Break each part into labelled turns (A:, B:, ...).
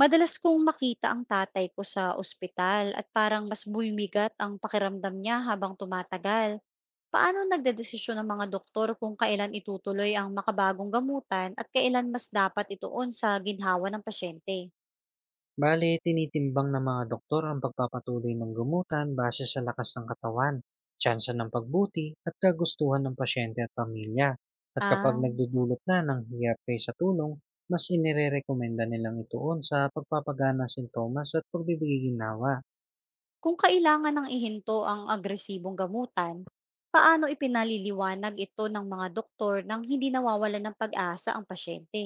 A: Madalas kong makita ang tatay ko sa ospital at parang mas bumibigat ang pakiramdam niya habang tumatagal. Paano nagdedesisyon ang mga doktor kung kailan itutuloy ang makabagong gamutan at kailan mas dapat ituon sa ginhawa ng pasyente?
B: Bale, tinitimbang ng mga doktor ang pagpapatuloy ng gumutan base sa lakas ng katawan, tsansa ng pagbuti, at kagustuhan ng pasyente at pamilya. At kapag
A: Ah,
B: nagdudulot na ng hirap kaysa tulong, mas inirerekomenda nilang ituon sa pagpapagana ng sintomas at pagbibigay ginawa.
A: kung kailangan ng ihinto ang agresibong gamutan, paano ipinaliliwanag ito ng mga doktor nang hindi nawawala ng pag-asa ang pasyente?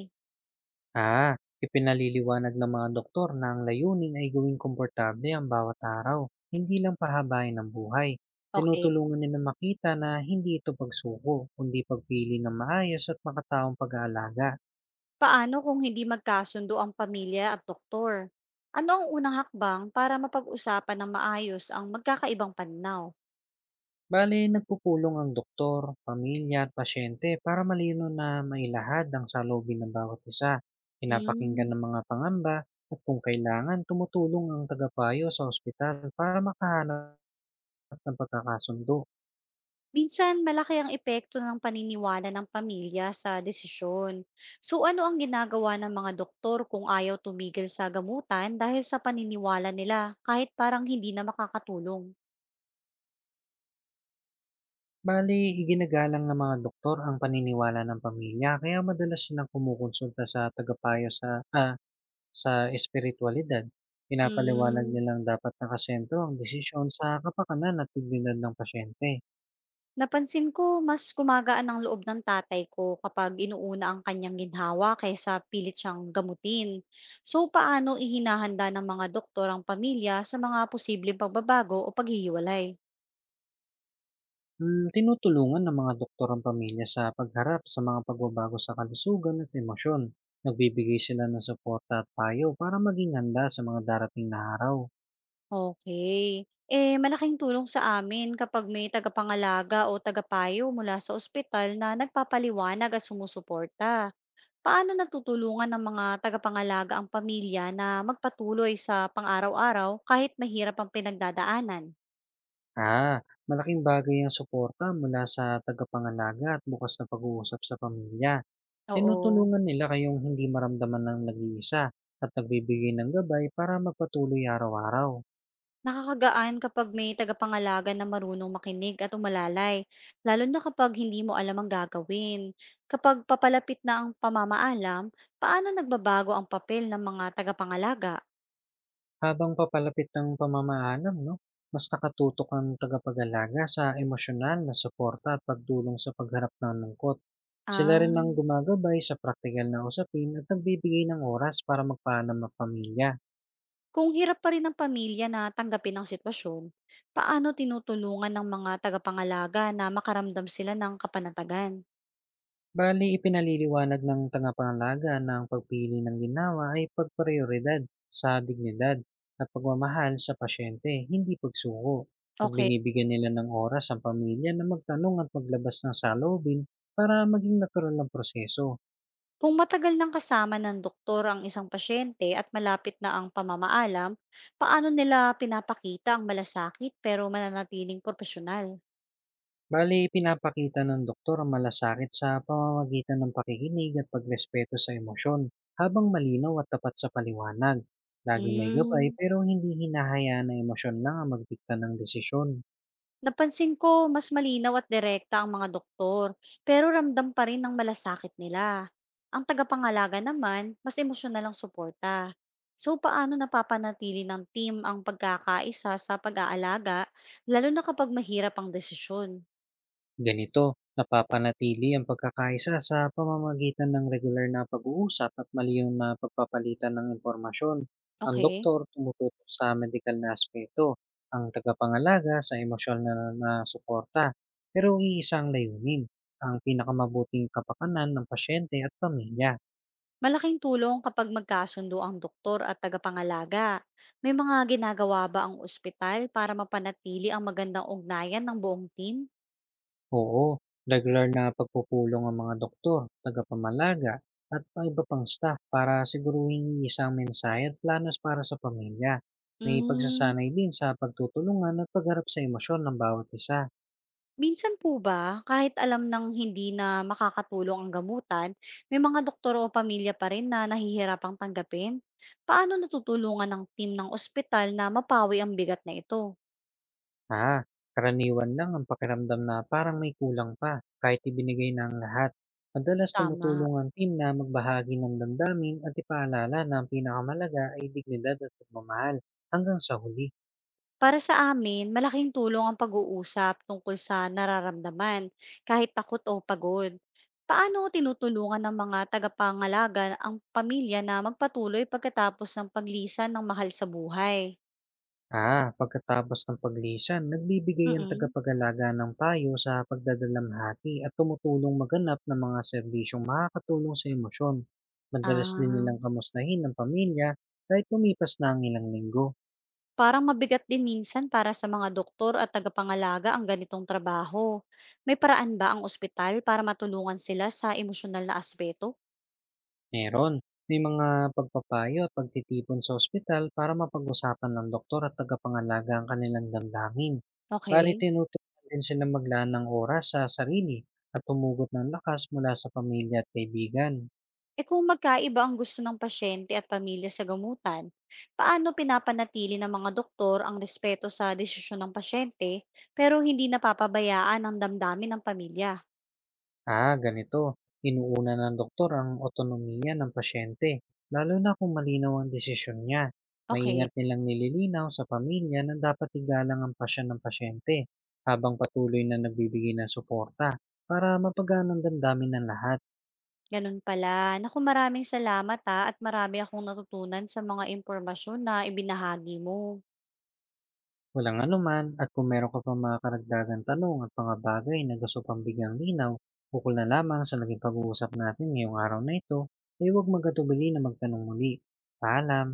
B: Ah, Ipinaliliwanag ng mga doktor na ang layunin ay gawing komportable ang bawat araw, hindi lang pahabain ang buhay.
A: Okay.
B: Tinutulungan nila makita na hindi ito pagsuko, kundi pagpili ng maayos at makataong pag-aalaga.
A: Paano kung hindi magkasundo ang pamilya at doktor? Ano ang unang hakbang para mapag-usapan ng maayos ang magkakaibang pananaw?
B: Bale, nagpupulong ang doktor, pamilya at pasyente para malino na mailahad ang salubin ng bawat isa.
A: Mm,
B: Pinapakinggan ng mga pangamba at kung kailangan, tumutulong ang tagapayo sa ospital para makahanap ng pagkakasundo.
A: Minsan, malaki ang epekto ng paniniwala ng pamilya sa desisyon. So ano ang ginagawa ng mga doktor kung ayaw tumigil sa gamutan dahil sa paniniwala nila kahit parang hindi na makakatulong?
B: Bali, iginagalang ng mga doktor ang paniniwala ng pamilya kaya madalas silang kumukonsulta sa tagapayo sa sa espiritualidad. Pinapaliwanag
A: Mm.
B: nilang dapat nakasentro ang desisyon sa kapakanan at dignidad ng pasyente.
A: Napansin ko mas gumagaan ang loob ng tatay ko kapag inuuna ang kanyang ginhawa kaysa pilit siyang gamutin. So paano ihinahanda ng mga doktor ang pamilya sa mga posibleng pagbabago o paghihiwalay?
B: Tinutulungan ng mga doktor ang pamilya sa pagharap sa mga pagbabago sa kalusugan at emosyon. Nagbibigay sila ng suporta at payo para maging handa sa mga darating na araw.
A: Okay. Eh, malaking tulong sa amin kapag may tagapangalaga o tagapayo mula sa ospital na nagpapaliwanag at sumusuporta. Paano natutulungan ng mga tagapangalaga ang pamilya na magpatuloy sa pang-araw-araw kahit mahirap ang pinagdadaanan?
B: Malaking bagay ang suporta mula sa tagapangalaga at bukas na pag-uusap sa pamilya.
A: Oo,
B: Tinutulungan nila kayong hindi maramdaman ng nag-iisa at nagbibigay ng gabay para magpatuloy araw-araw.
A: nakakagaan kapag may tagapangalaga na marunong makinig at umalalay, lalo na kapag hindi mo alam ang gagawin. Kapag papalapit na ang pamamaalam, paano nagbabago ang papel ng mga tagapangalaga?
B: Habang papalapit ng pamamaalam, no? Mas nakatutok ang tagapag-alaga sa emosyonal na suporta at pagdulong sa pagharap ng lungkot. Sila rin ang
A: Ah,
B: gumagabay sa praktikal na usapin at nagbibigay ng oras para magpaalam ng pamilya.
A: kung hirap pa rin ang pamilya na tanggapin ang sitwasyon, paano tinutulungan ng mga tagapangalaga na makaramdam sila ng kapanatagan?
B: Bali, ipinaliliwanag ng tagapangalaga na ang pagpili ng ginawa ay pagprioridad sa dignidad at pagmamahal sa pasyente, hindi pagsuko. At
A: Okay.
B: binibigyan nila ng oras ang pamilya na magtanong at maglabas ng saloobin para maging natural ang proseso.
A: Kung matagal nang kasama ng doktor ang isang pasyente at malapit na ang pamamaalam, paano nila pinapakita ang malasakit pero mananatiling profesional?
B: Bali, pinapakita ng doktor ang malasakit sa pamamagitan ng pakikinig at pagrespeto sa emosyon habang malinaw at tapat sa paliwanag. Laging may gabay
A: Mm,
B: pero hindi hinahayaan na emosyon lang ang magdikta ng desisyon.
A: Napansin ko mas malinaw at direkta ang mga doktor, pero ramdam pa rin ang malasakit nila. Ang tagapangalaga naman, mas emosyonal ang suporta. So paano napapanatili ng team ang pagkakaisa sa pag-aalaga, lalo na kapag mahirap ang desisyon?
B: Ganito, napapanatili ang pagkakaisa sa pamamagitan ng regular na pag-uusap at maliyong na pagpapalitan ng impormasyon. Ang
A: Okay.
B: doktor tumututok sa medikal na aspeto, ang tagapangalaga sa emosyonal na suporta. Pero iisa ang layunin, ang pinakamabuting kapakanan ng pasyente at pamilya.
A: Malaking tulong kapag magkasundo ang doktor at tagapangalaga. May mga ginagawa ba ang ospital para mapanatili ang magandang ugnayan ng buong team?
B: Oo, regular na pagpupulong ang mga doktor, tagapamalaga, at mga iba pang staff para siguruhin isang mensahe at planos para sa pamilya. May
A: Mm,
B: pagsasanay din sa pagtutulungan at pagharap sa emosyon ng bawat isa.
A: minsan po ba, kahit alam ng hindi na makakatulong ang gamutan, may mga doktor o pamilya pa rin na nahihirapang tanggapin? Paano natutulungan ng team ng ospital na mapawi ang bigat na ito?
B: Ah, Karaniwan lang ang pakiramdam na parang may kulang pa kahit ibinigay na ang lahat. Madalas
A: Tama.
B: tumutulong ang team na magbahagi ng damdamin at ipaalala na ang pinakamalaga ay dignidad at pagmamahal hanggang sa huli.
A: Para sa amin, malaking tulong ang pag-uusap tungkol sa nararamdaman, kahit takot o pagod. Paano tinutulungan ng mga tagapangalaga ang pamilya na magpatuloy pagkatapos ng paglisan ng mahal sa buhay?
B: Pagkatapos ng paglisan, nagbibigay ang
A: Mm-mm.
B: tagapag-alaga ng payo sa pagdadalamhati at tumutulong maganap ng mga serbisyong makakatulong sa emosyon. Madalas din
A: Ah,
B: nilang kamustahin ng pamilya kahit lumipas na ang ilang linggo.
A: parang mabigat din minsan para sa mga doktor at tagapangalaga ang ganitong trabaho. May paraan ba ang ospital para matulungan sila sa emosyonal na aspeto?
B: Meron, may mga pagpapayo at pagtitipon sa ospital para mapag-usapan ng doktor at tagapangalaga ang kanilang damdamin. Bali,
A: Okay.
B: tinutulungan din silang maglaan ng oras sa sarili at tumugot ng lakas mula sa pamilya at kaibigan.
A: E kung magkaiba ang gusto ng pasyente at pamilya sa gamutan, paano pinapanatili ng mga doktor ang respeto sa desisyon ng pasyente pero hindi napapabayaan ang damdamin ng pamilya?
B: Ganito. Inuuna ng doktor ang otonomiya ng pasyente, lalo na kung malinaw ang desisyon niya.
A: Okay,
B: Maingat nilang nililinaw sa pamilya na dapat igalang ang pasya ng pasyente habang patuloy na nagbibigay ng suporta para mapagaan ang damdamin ng lahat.
A: ganun pala. Naku, maraming salamat ha at marami akong natutunan sa mga impormasyon na ibinahagi mo.
B: Walang anuman at kung meron ka pa mga karagdagang tanong at mga bagay na gusto pang bigyang linaw, ukol na lamang sa naging pag-uusap natin ngayong araw na ito, ay huwag magatubili na magtanong muli. Paalam!